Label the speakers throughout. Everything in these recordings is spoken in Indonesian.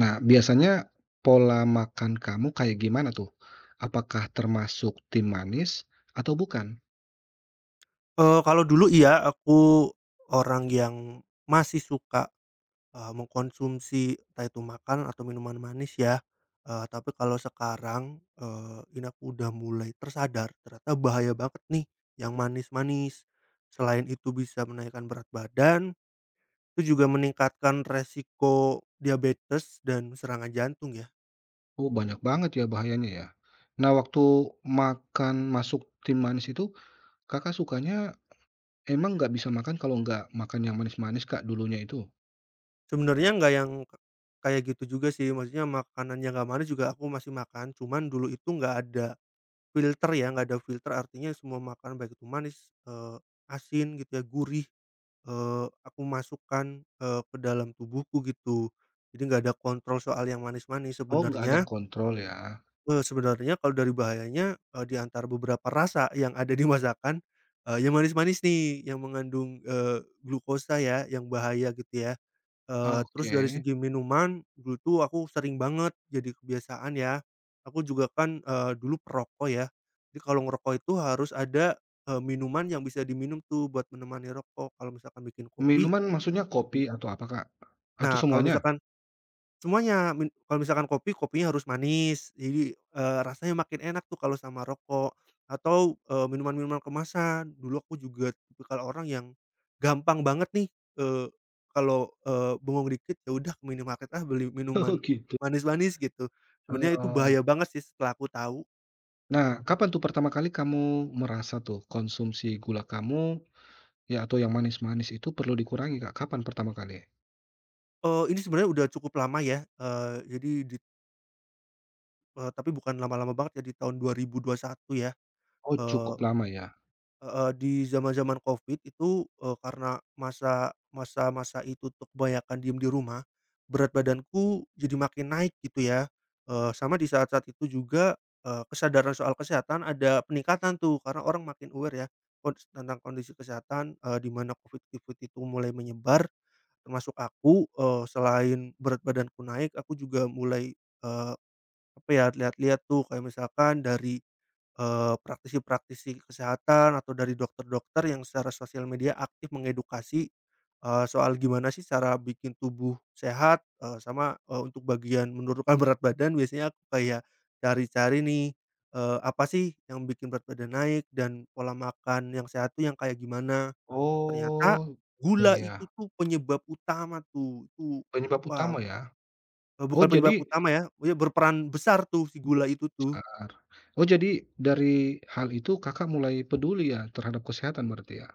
Speaker 1: Nah, biasanya pola makan kamu kayak gimana tuh? Apakah termasuk tim manis atau bukan?
Speaker 2: Kalau dulu iya, aku orang yang masih suka, mengkonsumsi entah itu makanan atau minuman manis ya, tapi kalau sekarang, ini aku udah mulai tersadar ternyata bahaya banget nih yang manis-manis. Selain itu bisa menaikkan berat badan, itu juga meningkatkan resiko diabetes dan serangan jantung ya.
Speaker 1: Oh, banyak banget ya bahayanya ya. Nah, waktu makan masuk tim manis itu, Kakak sukanya emang nggak bisa makan kalau nggak makan yang manis-manis, Kak, dulunya itu?
Speaker 2: Sebenarnya nggak yang kayak gitu juga sih, maksudnya makanan yang nggak manis juga aku masih makan, cuman dulu itu nggak ada filter ya, nggak ada filter artinya semua makanan baik itu manis, asin gitu ya, gurih, aku masukkan, ke dalam tubuhku gitu. Jadi nggak ada kontrol soal yang manis-manis
Speaker 1: Oh, nggak ada
Speaker 2: sebenarnya.
Speaker 1: kontrol ya.
Speaker 2: Sebenarnya kalau dari bahayanya, di antara beberapa rasa yang ada di masakan, yang manis-manis nih yang mengandung, glukosa ya yang bahaya gitu ya. Terus dari
Speaker 1: Oke.
Speaker 2: segi minuman, dulu tuh aku sering banget jadi kebiasaan ya, aku juga kan, dulu perokok ya. Jadi kalau ngerokok itu harus ada, minuman yang bisa diminum tuh buat menemani rokok, kalau misalkan bikin kopi.
Speaker 1: Minuman maksudnya kopi atau apa, Kak? Atau
Speaker 2: Nah kalau
Speaker 1: semuanya?
Speaker 2: misalkan semuanya, kalau misalkan kopi, kopinya harus manis, jadi, rasanya makin enak tuh kalau sama rokok atau, minuman-minuman kemasan. Dulu aku juga tipikal orang yang gampang banget nih, eee, kalau, bengong dikit, ya udah ke minimarket ah beli
Speaker 1: Oh,
Speaker 2: minuman
Speaker 1: gitu.
Speaker 2: manis-manis gitu. Sebenarnya itu
Speaker 1: Oh.
Speaker 2: bahaya banget sih setelah aku tahu.
Speaker 1: Nah, kapan tuh pertama kali kamu merasa tuh konsumsi gula kamu ya, atau yang manis-manis itu perlu dikurangi, Kak? Kapan pertama kali?
Speaker 2: Ini sebenarnya udah cukup lama ya, eee, jadi di tapi bukan lama-lama banget ya di tahun 2021 ya.
Speaker 1: Oh,
Speaker 2: eee
Speaker 1: cukup lama ya?
Speaker 2: Heeh, di zaman-zaman Covid itu, karena masa-masa itu tuh kebanyakan diem di rumah, berat badanku jadi makin naik gitu ya, sama di saat-saat itu juga, kesadaran soal kesehatan ada peningkatan tuh karena orang makin aware ya, tentang kondisi kesehatan, di mana Covid-Covid itu mulai menyebar, termasuk aku. Selain berat badanku naik aku juga mulai, apa ya, lihat-lihat tuh kayak misalkan dari praktisi-praktisi kesehatan atau dari dokter-dokter yang secara sosial media aktif mengedukasi, soal gimana sih cara bikin tubuh sehat, sama, untuk bagian menurunkan berat badan biasanya aku kayak cari-cari nih, apa sih yang bikin berat badan naik dan pola makan yang sehat tuh yang kayak gimana. Ternyata
Speaker 1: Oh, ya
Speaker 2: gula itu
Speaker 1: ya.
Speaker 2: tuh penyebab utama tuh, itu,
Speaker 1: Penyebab
Speaker 2: wow,
Speaker 1: utama ya? Oh,
Speaker 2: bukan penyebab
Speaker 1: jadi
Speaker 2: utama ya, ya berperan besar tuh si gula itu tuh.
Speaker 1: besar. Oh, jadi dari hal itu Kakak mulai peduli ya terhadap kesehatan berarti ya?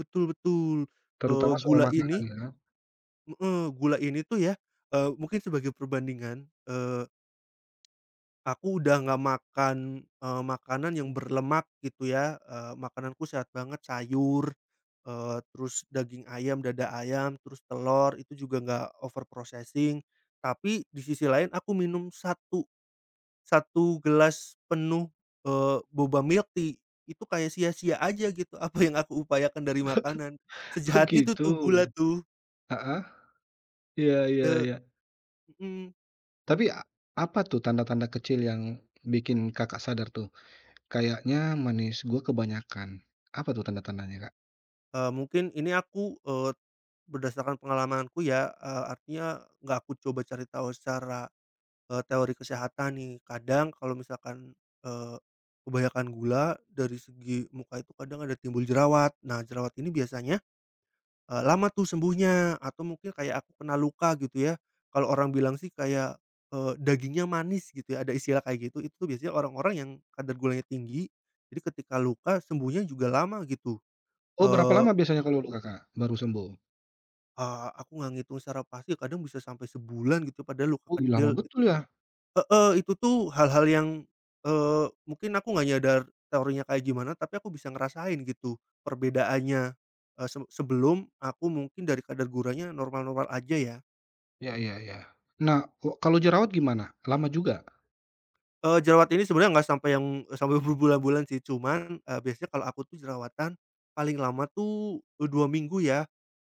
Speaker 2: Betul betul. Eee,
Speaker 1: Terutama soal
Speaker 2: gula
Speaker 1: makanan
Speaker 2: ini
Speaker 1: ya?
Speaker 2: Heeh, gula ini tuh ya, mungkin sebagai perbandingan, aku udah nggak makan, makanan yang berlemak gitu ya, makananku sehat banget, sayur, terus daging ayam, dada ayam, terus telur, itu juga nggak over processing. Tapi di sisi lain aku minum satu satu gelas penuh, boba milk tea, itu kayak sia-sia aja gitu apa yang aku upayakan dari makanan,
Speaker 1: Oh,
Speaker 2: sejahat itu
Speaker 1: gitu.
Speaker 2: tuh gula tuh.
Speaker 1: Heeh. Iya iya
Speaker 2: eee
Speaker 1: iya.
Speaker 2: mhm.
Speaker 1: Tapi a Apa tuh tanda-tanda kecil yang bikin Kakak sadar tuh, kayaknya manis gua kebanyakan? Apa tuh tanda-tandanya, Kak?
Speaker 2: Mungkin ini aku, berdasarkan pengalamanku ya, artinya nggak aku coba cari tahu secara, teori kesehatan nih. Kadang kalau misalkan, eee, kebanyakan gula dari segi muka itu kadang ada timbul jerawat. Nah, jerawat ini biasanya, lama tuh sembuhnya atau mungkin kayak aku kena luka gitu ya. Kalau orang bilang sih kayak, dagingnya manis gitu ya, ada istilah kayak gitu. Itu tuh biasanya orang-orang yang kadar gulanya tinggi, jadi ketika luka sembuhnya juga lama gitu.
Speaker 1: Oh, berapa
Speaker 2: Eee
Speaker 1: lama biasanya kalau Kakak baru sembuh?
Speaker 2: Eee, Aku nggak ngitung secara pasti kadang bisa sampai sebulan gitu padahal luka
Speaker 1: Oh, ih, lama
Speaker 2: kecil itu,
Speaker 1: betul ya?
Speaker 2: heeh, itu tuh hal-hal yang, mungkin aku nggak nyadar teorinya kayak gimana tapi aku bisa ngerasain gitu perbedaannya, eee, se sebelum aku mungkin dari kadar guranya normal-normal aja ya.
Speaker 1: Ya ya ya. Nah, kok kalau jerawat gimana? Lama juga?
Speaker 2: Jerawat ini sebenarnya nggak sampai yang sampai berbulan-bulan sih cuman, biasanya kalau aku tuh jerawatan paling lama tuh, 2 minggu ya,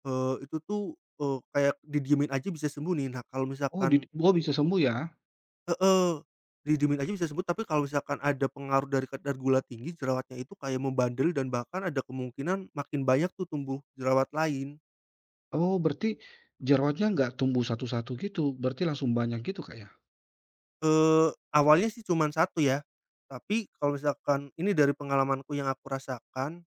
Speaker 2: eee, itu tuh, eee, kayak didiemin aja bisa sembuh nih. Nah kalau
Speaker 1: Oh
Speaker 2: misalkan
Speaker 1: did oh bisa sembuh ya?
Speaker 2: Heeh, didiemin aja bisa sembuh, tapi kalau misalkan ada pengaruh dari kadar gula tinggi, jerawatnya itu kayak membandel dan bahkan ada kemungkinan makin banyak tuh tumbuh jerawat lain.
Speaker 1: Oh berarti jerawatnya nggak tumbuh satu-satu gitu, berarti langsung banyak gitu, Kak, ya?
Speaker 2: Eee, Awalnya sih cuman satu ya, tapi kalau misalkan ini dari pengalamanku yang aku rasakan,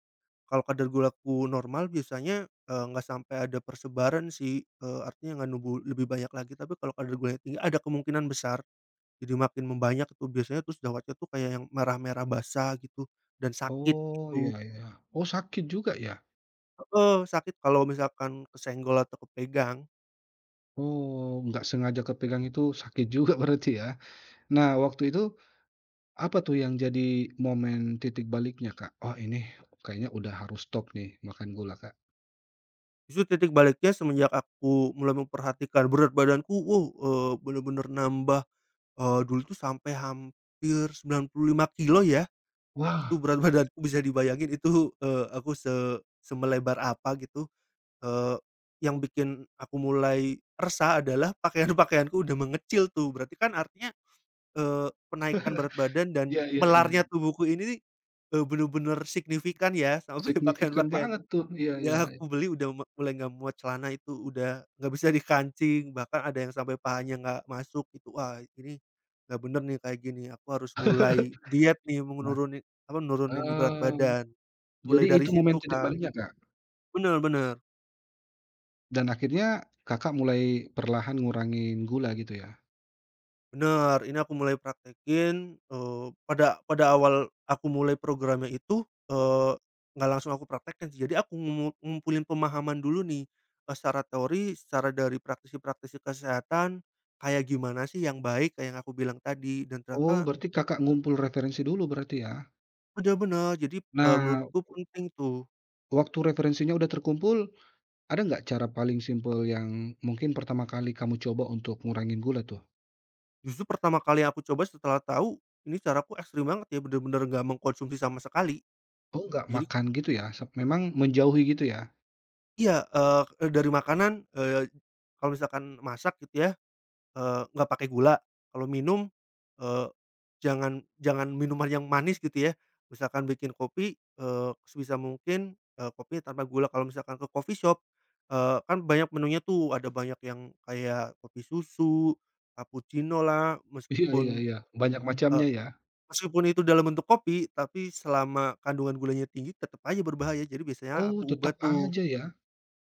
Speaker 2: kalau kadar gulaku normal biasanya, nggak sampai ada persebaran sih, artinya nggak numbuh lebih banyak lagi, tapi kalau kadar gulanya tinggi ada kemungkinan besar, jadi makin membanyak tuh biasanya terus jerawatnya tuh kayak yang merah-merah basah gitu dan sakit
Speaker 1: Oh,
Speaker 2: gitu.
Speaker 1: iya iya. Oh sakit juga ya?
Speaker 2: Heeh, sakit kalau misalkan kesenggol atau kepegang.
Speaker 1: Oh, nggak sengaja kepegang itu sakit juga berarti ya? Nah, waktu itu apa tuh yang jadi momen titik baliknya, Kak? "Oh ini kayaknya udah harus stop nih makan gula," Kak?
Speaker 2: Justru titik baliknya semenjak aku mulai memperhatikan berat badanku, wow, bener-bener nambah. Dulu tuh sampai hampir 95 kilo ya. Itu
Speaker 1: Wah,
Speaker 2: berat badanku bisa dibayangin itu, eee, aku se semelebar apa gitu, eee, yang bikin aku mulai resah adalah pakaian-pakaianku udah mengecil tuh. Berarti kan artinya, penaikan berat badan dan
Speaker 1: iya iya iya.
Speaker 2: melarnya tubuhku ini, bener-bener signifikan ya, sampai
Speaker 1: Signifikan
Speaker 2: pakaian-pakaian
Speaker 1: banget tuh. Iya
Speaker 2: yang
Speaker 1: iya iya.
Speaker 2: aku beli udah mulai nggak muat, celana itu udah nggak bisa dikancing, bahkan ada yang sampai pahanya nggak masuk gitu. Wah, ini nggak bener nih kayak gini, aku harus mulai diet nih,
Speaker 1: Nah,
Speaker 2: nurunin berat
Speaker 1: eh,
Speaker 2: badan, mulai
Speaker 1: Jadi
Speaker 2: dari
Speaker 1: itu
Speaker 2: situ,
Speaker 1: momen titik
Speaker 2: Kak.
Speaker 1: baliknya, Kak?
Speaker 2: Bener bener.
Speaker 1: Dan akhirnya Kakak mulai perlahan ngurangin gula gitu ya?
Speaker 2: Benar ini aku mulai praktekin, pada pada awal aku mulai programnya itu, nggak langsung aku praktekin sih, jadi aku ngumpulin pemahaman dulu nih, secara teori, secara dari praktisi-praktisi kesehatan, kayak gimana sih yang baik, kayak yang aku bilang tadi, dan
Speaker 1: Oh,
Speaker 2: ternyata
Speaker 1: berarti Kakak ngumpul referensi dulu berarti ya?
Speaker 2: udah benar. Jadi,
Speaker 1: Nah,
Speaker 2: menurutku penting tuh.
Speaker 1: waktu referensinya udah terkumpul, ada nggak cara paling simpel yang mungkin pertama kali kamu coba untuk ngurangin gula tuh?
Speaker 2: Justru pertama kali yang aku coba setelah tahu, ini caraku ekstrim banget ya, bener-bener nggak mengkonsumsi sama sekali.
Speaker 1: Oh, nggak
Speaker 2: Jadi
Speaker 1: makan gitu ya? Se memang menjauhi gitu ya?
Speaker 2: iya, dari makanan, kalau misalkan masak gitu ya, nggak pakai gula. Kalau minum, eee, jangan jangan minuman yang manis gitu ya. Misalkan bikin kopi, sebisa mungkin, kopinya tanpa gula. Kalau misalkan ke coffee shop, kan banyak menunya tuh, ada banyak yang kayak kopi susu, cappuccino lah,
Speaker 1: Iya iya
Speaker 2: meskipun,
Speaker 1: iya, banyak
Speaker 2: eee,
Speaker 1: macamnya ya?
Speaker 2: itu dalam bentuk kopi, tapi selama kandungan gulanya tinggi tetep aja berbahaya. Jadi biasanya
Speaker 1: Oh,
Speaker 2: aku ubah
Speaker 1: tetap
Speaker 2: tuh.
Speaker 1: aja ya?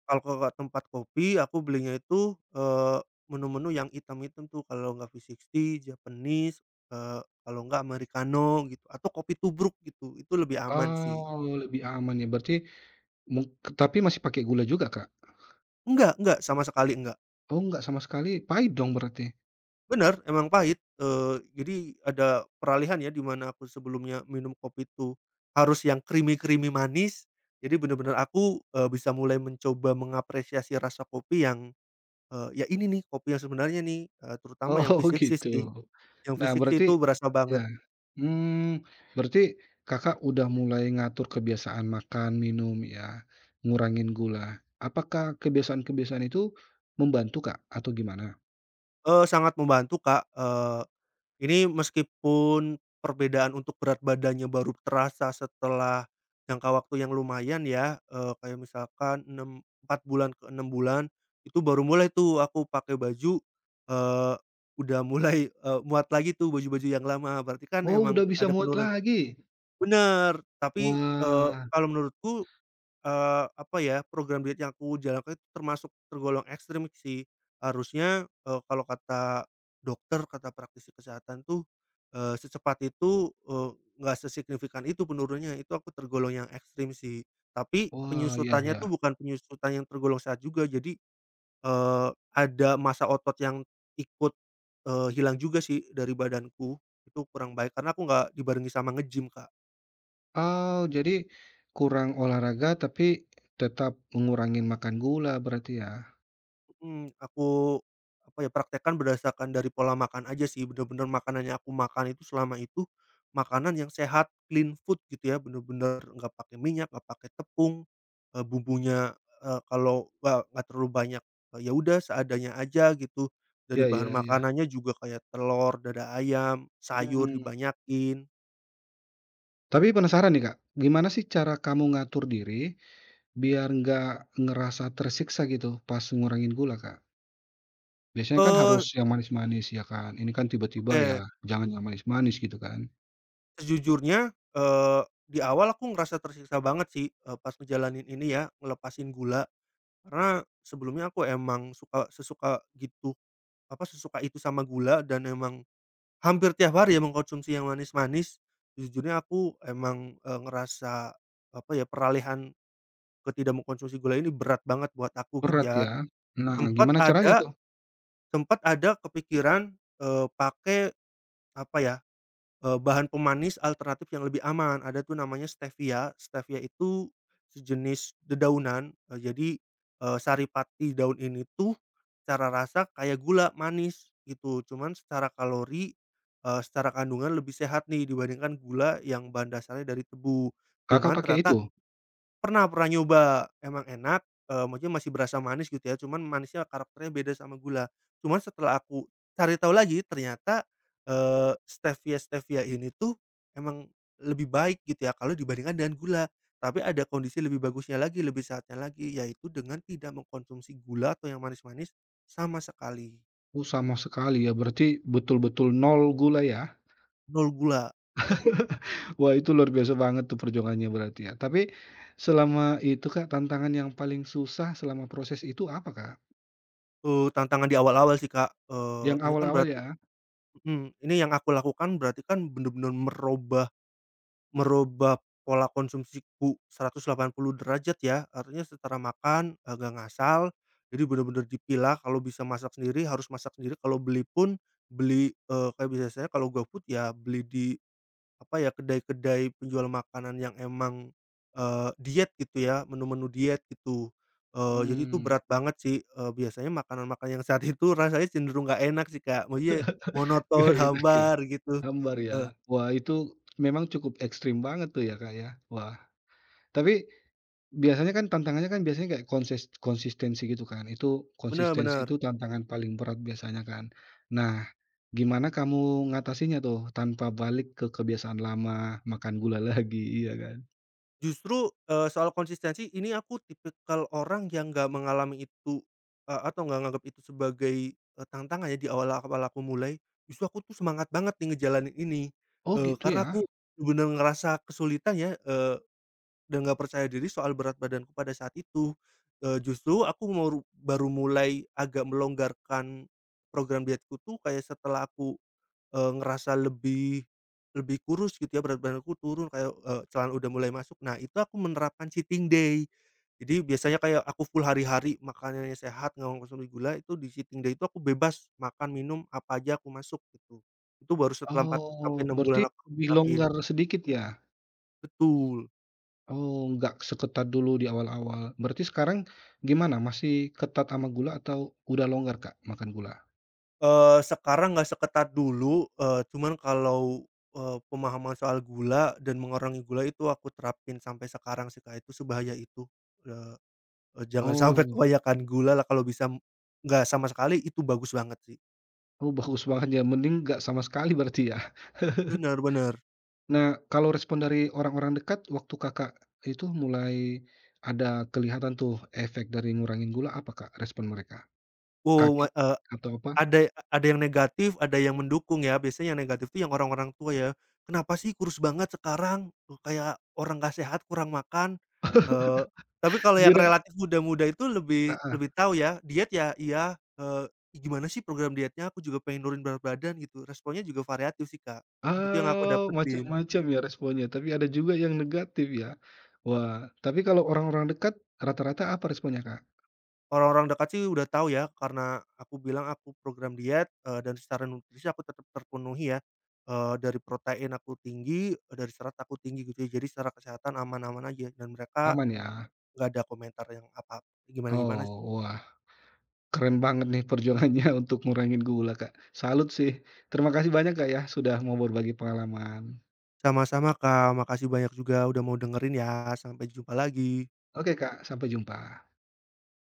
Speaker 2: Kalau ke tempat kopi aku belinya itu, menu-menu yang hitam-hitam tuh kalau nggak V60, Japanese, kalau nggak americano gitu atau kopi tubruk gitu, itu lebih aman sih.
Speaker 1: Oh, lebih aman ya, berarti mung tapi masih pakai gula juga, Kak?
Speaker 2: Enggak, sama sekali enggak.
Speaker 1: Oh, nggak sama sekali, pahit dong berarti?
Speaker 2: Bener, emang pahit, jadi ada peralihan ya di mana aku sebelumnya minum kopi itu harus yang creamy-creamy manis, jadi bener-bener aku, bisa mulai mencoba mengapresiasi rasa kopi yang, ya ini nih kopi yang sebenarnya nih, terutama
Speaker 1: Oh
Speaker 2: yang V60 sih.
Speaker 1: gitu.
Speaker 2: Yang
Speaker 1: Nah
Speaker 2: fisik sih itu
Speaker 1: berarti
Speaker 2: berasa banget.
Speaker 1: ya, hmm berarti Kakak udah mulai ngatur kebiasaan makan, minum ya, ngurangin gula. Apakah kebiasaan-kebiasaan itu membantu, Kak, atau gimana?
Speaker 2: Sangat membantu, Kak. Ini meskipun perbedaan untuk berat badannya baru terasa setelah jangka waktu yang lumayan ya, kayak misalkan 6 4 bulan ke 6 bulan, itu baru mulai tuh aku pakai baju, eee, udah mulai, muat lagi tuh baju-baju yang lama, berarti kan
Speaker 1: Oh
Speaker 2: emang
Speaker 1: udah bisa
Speaker 2: ada
Speaker 1: muat
Speaker 2: penurunan,
Speaker 1: lagi?
Speaker 2: bener. Tapi,
Speaker 1: Wah
Speaker 2: kalau menurutku, apa ya, program diet yang aku jalankan itu termasuk tergolong ekstrim sih. Harusnya, kalau kata dokter, kata praktisi kesehatan tuh, secepat itu, nggak sesignifikan itu penurunannya, itu aku tergolong yang ekstrim sih. Tapi
Speaker 1: wah, ya
Speaker 2: penyusutannya tuh
Speaker 1: ya.
Speaker 2: bukan penyusutan yang tergolong sehat juga, jadi, eee, ada masa otot yang ikut, hilang juga sih dari badanku, itu kurang baik karena aku nggak dibarengi sama nge-gym, Kak.
Speaker 1: Oh jadi kurang olahraga tapi tetap mengurangin makan gula berarti ya?
Speaker 2: Mmm, aku, apa ya, praktekkan berdasarkan dari pola makan aja sih, bener-bener makanan yang aku makan itu selama itu, makanan yang sehat, clean food gitu ya, bener-bener nggak pakai minyak, nggak pakai tepung, bumbunya, eee, kalau nggak terlalu banyak, ya udah seadanya aja gitu. Dari
Speaker 1: Ya
Speaker 2: bahan
Speaker 1: ya ya.
Speaker 2: makanannya juga kayak telur, dada ayam, sayur
Speaker 1: Hmm
Speaker 2: dibanyakin.
Speaker 1: tapi penasaran nih, Kak, gimana sih cara kamu ngatur diri biar nggak ngerasa tersiksa gitu pas ngurangin gula, Kak. Biasanya kan
Speaker 2: Eee,
Speaker 1: harus yang manis-manis ya kan, ini kan tiba-tiba ya
Speaker 2: oke,
Speaker 1: jangan yang manis-manis gitu kan,
Speaker 2: sejujurnya, di awal aku ngerasa tersiksa banget sih, pas ngejalanin ini ya, ngelepasin gula. Karena sebelumnya aku emang suka sesuka gitu, apa, sesuka itu sama gula dan emang hampir tiap hari ya mengkonsumsi yang manis-manis. Sejujurnya aku emang, ngerasa, apa ya, peralihan ke tidak mengkonsumsi gula ini berat banget buat aku gitu
Speaker 1: berat
Speaker 2: ya.
Speaker 1: ya. Nah
Speaker 2: Sempat
Speaker 1: gimana caranya
Speaker 2: ada
Speaker 1: tuh?
Speaker 2: Sempat ada kepikiran, pakai, apa ya, bahan pemanis alternatif yang lebih aman, ada tuh namanya stevia. Stevia itu sejenis dedaunan, jadi, saripati daun ini tuh secara rasa kayak gula, manis gitu, cuman secara kalori, secara kandungan lebih sehat nih dibandingkan gula yang bahan dasarnya dari tebu.
Speaker 1: Kakak
Speaker 2: Cuman
Speaker 1: pakai itu?
Speaker 2: ternyata, Pernah pernah nyoba, emang enak, maksudnya masih berasa manis gitu ya, cuman manisnya karakternya beda sama gula. Cuman setelah aku cari tahu lagi ternyata, stevia-stevia ini tuh emang lebih baik gitu ya kalau dibandingkan dengan gula. Tapi ada kondisi lebih bagusnya lagi, lebih sehatnya lagi, yaitu dengan tidak mengkonsumsi gula atau yang manis-manis sama sekali,
Speaker 1: Oh sama sekali ya berarti betul-betul nol gula ya?
Speaker 2: nol gula.
Speaker 1: Wah itu luar biasa banget tuh perjuangannya berarti ya. Tapi selama itu, Kak, tantangan yang paling susah selama proses itu apa, Kak?
Speaker 2: Tantangan di awal-awal sih, Kak.
Speaker 1: Yang
Speaker 2: Ini kan
Speaker 1: awal-awal
Speaker 2: berarti,
Speaker 1: ya?
Speaker 2: mhm, ini yang aku lakukan berarti kan bener-bener merubah Merubah pola konsumsiku 180 derajat ya, artinya setara makan agak ngasal, jadi bener-bener dipilah kalau bisa masak sendiri harus masak sendiri, kalau beli pun beli, kayak biasanya kalau GoFood ya beli di, apa ya, kedai-kedai penjual makanan yang emang, diet gitu ya, menu-menu diet gitu. Jadi itu
Speaker 1: Hmm.
Speaker 2: berat banget sih, biasanya makanan-makanan yang saat itu rasanya cenderung nggak enak sih, Kak, maksudnya monoton,
Speaker 1: Gak enak ya?
Speaker 2: hambar gitu.
Speaker 1: Hambar ya?
Speaker 2: Eee
Speaker 1: Wah itu memang cukup ekstrim banget tuh ya, Kak, ya? Wah, tapi biasanya kan tantangannya kan biasanya kayak konsistensi gitu kan, itu
Speaker 2: Bener
Speaker 1: konsistensi
Speaker 2: bener.
Speaker 1: itu tantangan paling berat biasanya kan. Nah, gimana kamu ngatasinya tuh tanpa balik ke kebiasaan lama, makan gula lagi, iya kan?
Speaker 2: Justru, soal konsistensi ini aku tipikal orang yang nggak mengalami itu, atau nggak nganggap itu sebagai, tantangan ya di awal-awal aku mulai, justru aku tuh semangat banget nih ngejalanin ini,
Speaker 1: Oh gitu
Speaker 2: karena
Speaker 1: ya?
Speaker 2: aku bener ngerasa kesulitan ya, dan nggak percaya diri soal berat badanku pada saat itu, justru aku baru mulai agak melonggarkan program dietku tuh kayak setelah aku, ngerasa lebih lebih kurus gitu ya, berat badanku turun kayak, celana udah mulai masuk. Nah, itu aku menerapkan cheating day. Jadi biasanya kayak aku full hari-hari makanannya sehat, nggak mengkonsumsi gula, itu di cheating day itu aku bebas makan, minum, apa aja aku masuk gitu. Itu baru setelah 4 sampai
Speaker 1: Oh,
Speaker 2: 6 bulan
Speaker 1: berarti
Speaker 2: aku
Speaker 1: lebih
Speaker 2: terapin.
Speaker 1: longgar sedikit ya?
Speaker 2: Betul.
Speaker 1: Oh, nggak seketat dulu di awal-awal. Berarti sekarang gimana, masih ketat sama gula atau udah longgar, Kak, makan gula?
Speaker 2: Sekarang nggak seketat dulu, cuman kalau, pemahaman soal gula dan mengurangi gula itu aku terapin sampai sekarang sih, Kak, itu sebahaya itu. Jangan sampai
Speaker 1: Oh.
Speaker 2: kebanyakan gula lah kalau bisa, nggak sama sekali itu bagus banget sih.
Speaker 1: Oh, bagus banget ya, mending nggak sama sekali berarti ya.
Speaker 2: Bener bener.
Speaker 1: Nah, kalau respon dari orang-orang dekat waktu Kakak itu mulai ada kelihatan tuh efek dari ngurangin gula, apa Kak respon mereka?
Speaker 2: Wow,
Speaker 1: Kaget
Speaker 2: eee,
Speaker 1: atau apa?
Speaker 2: ada ada yang negatif, ada yang mendukung ya, biasanya yang negatif tuh yang orang-orang tua ya, "Kenapa sih kurus banget sekarang? Kayak orang nggak sehat, kurang makan." Eee, tapi kalau yang
Speaker 1: Gembira?
Speaker 2: relatif muda-muda itu
Speaker 1: Ah,
Speaker 2: lebih
Speaker 1: ah.
Speaker 2: lebih tahu ya, diet ya iya, "Gimana sih program dietnya? Aku juga pengen nurunin berat badan." Gitu. Responnya juga variatif sih, Kak. Itu yang aku
Speaker 1: Oh,
Speaker 2: dapetin.
Speaker 1: macam-macam ya responnya, tapi ada juga yang negatif ya. Wah, tapi kalau orang-orang dekat rata-rata apa responnya Kak?
Speaker 2: Orang-orang dekat sih udah tahu ya, karena aku bilang aku program diet, dan secara nutrisi aku tetap terpenuhi ya, dari protein aku tinggi, dari serat aku tinggi gitu ya, jadi secara kesehatan aman-aman aja dan mereka
Speaker 1: Aman ya?
Speaker 2: nggak ada komentar yang apa, gimana-gimana sih.
Speaker 1: Oh, wah. Keren banget nih perjuangannya untuk ngurangin gula, Kak. Salut sih. Terima kasih banyak, Kak, ya, sudah mau berbagi pengalaman.
Speaker 2: Sama-sama, Kak, makasih banyak juga udah mau dengerin ya, sampai jumpa lagi.
Speaker 1: Oke, Kak, sampai jumpa.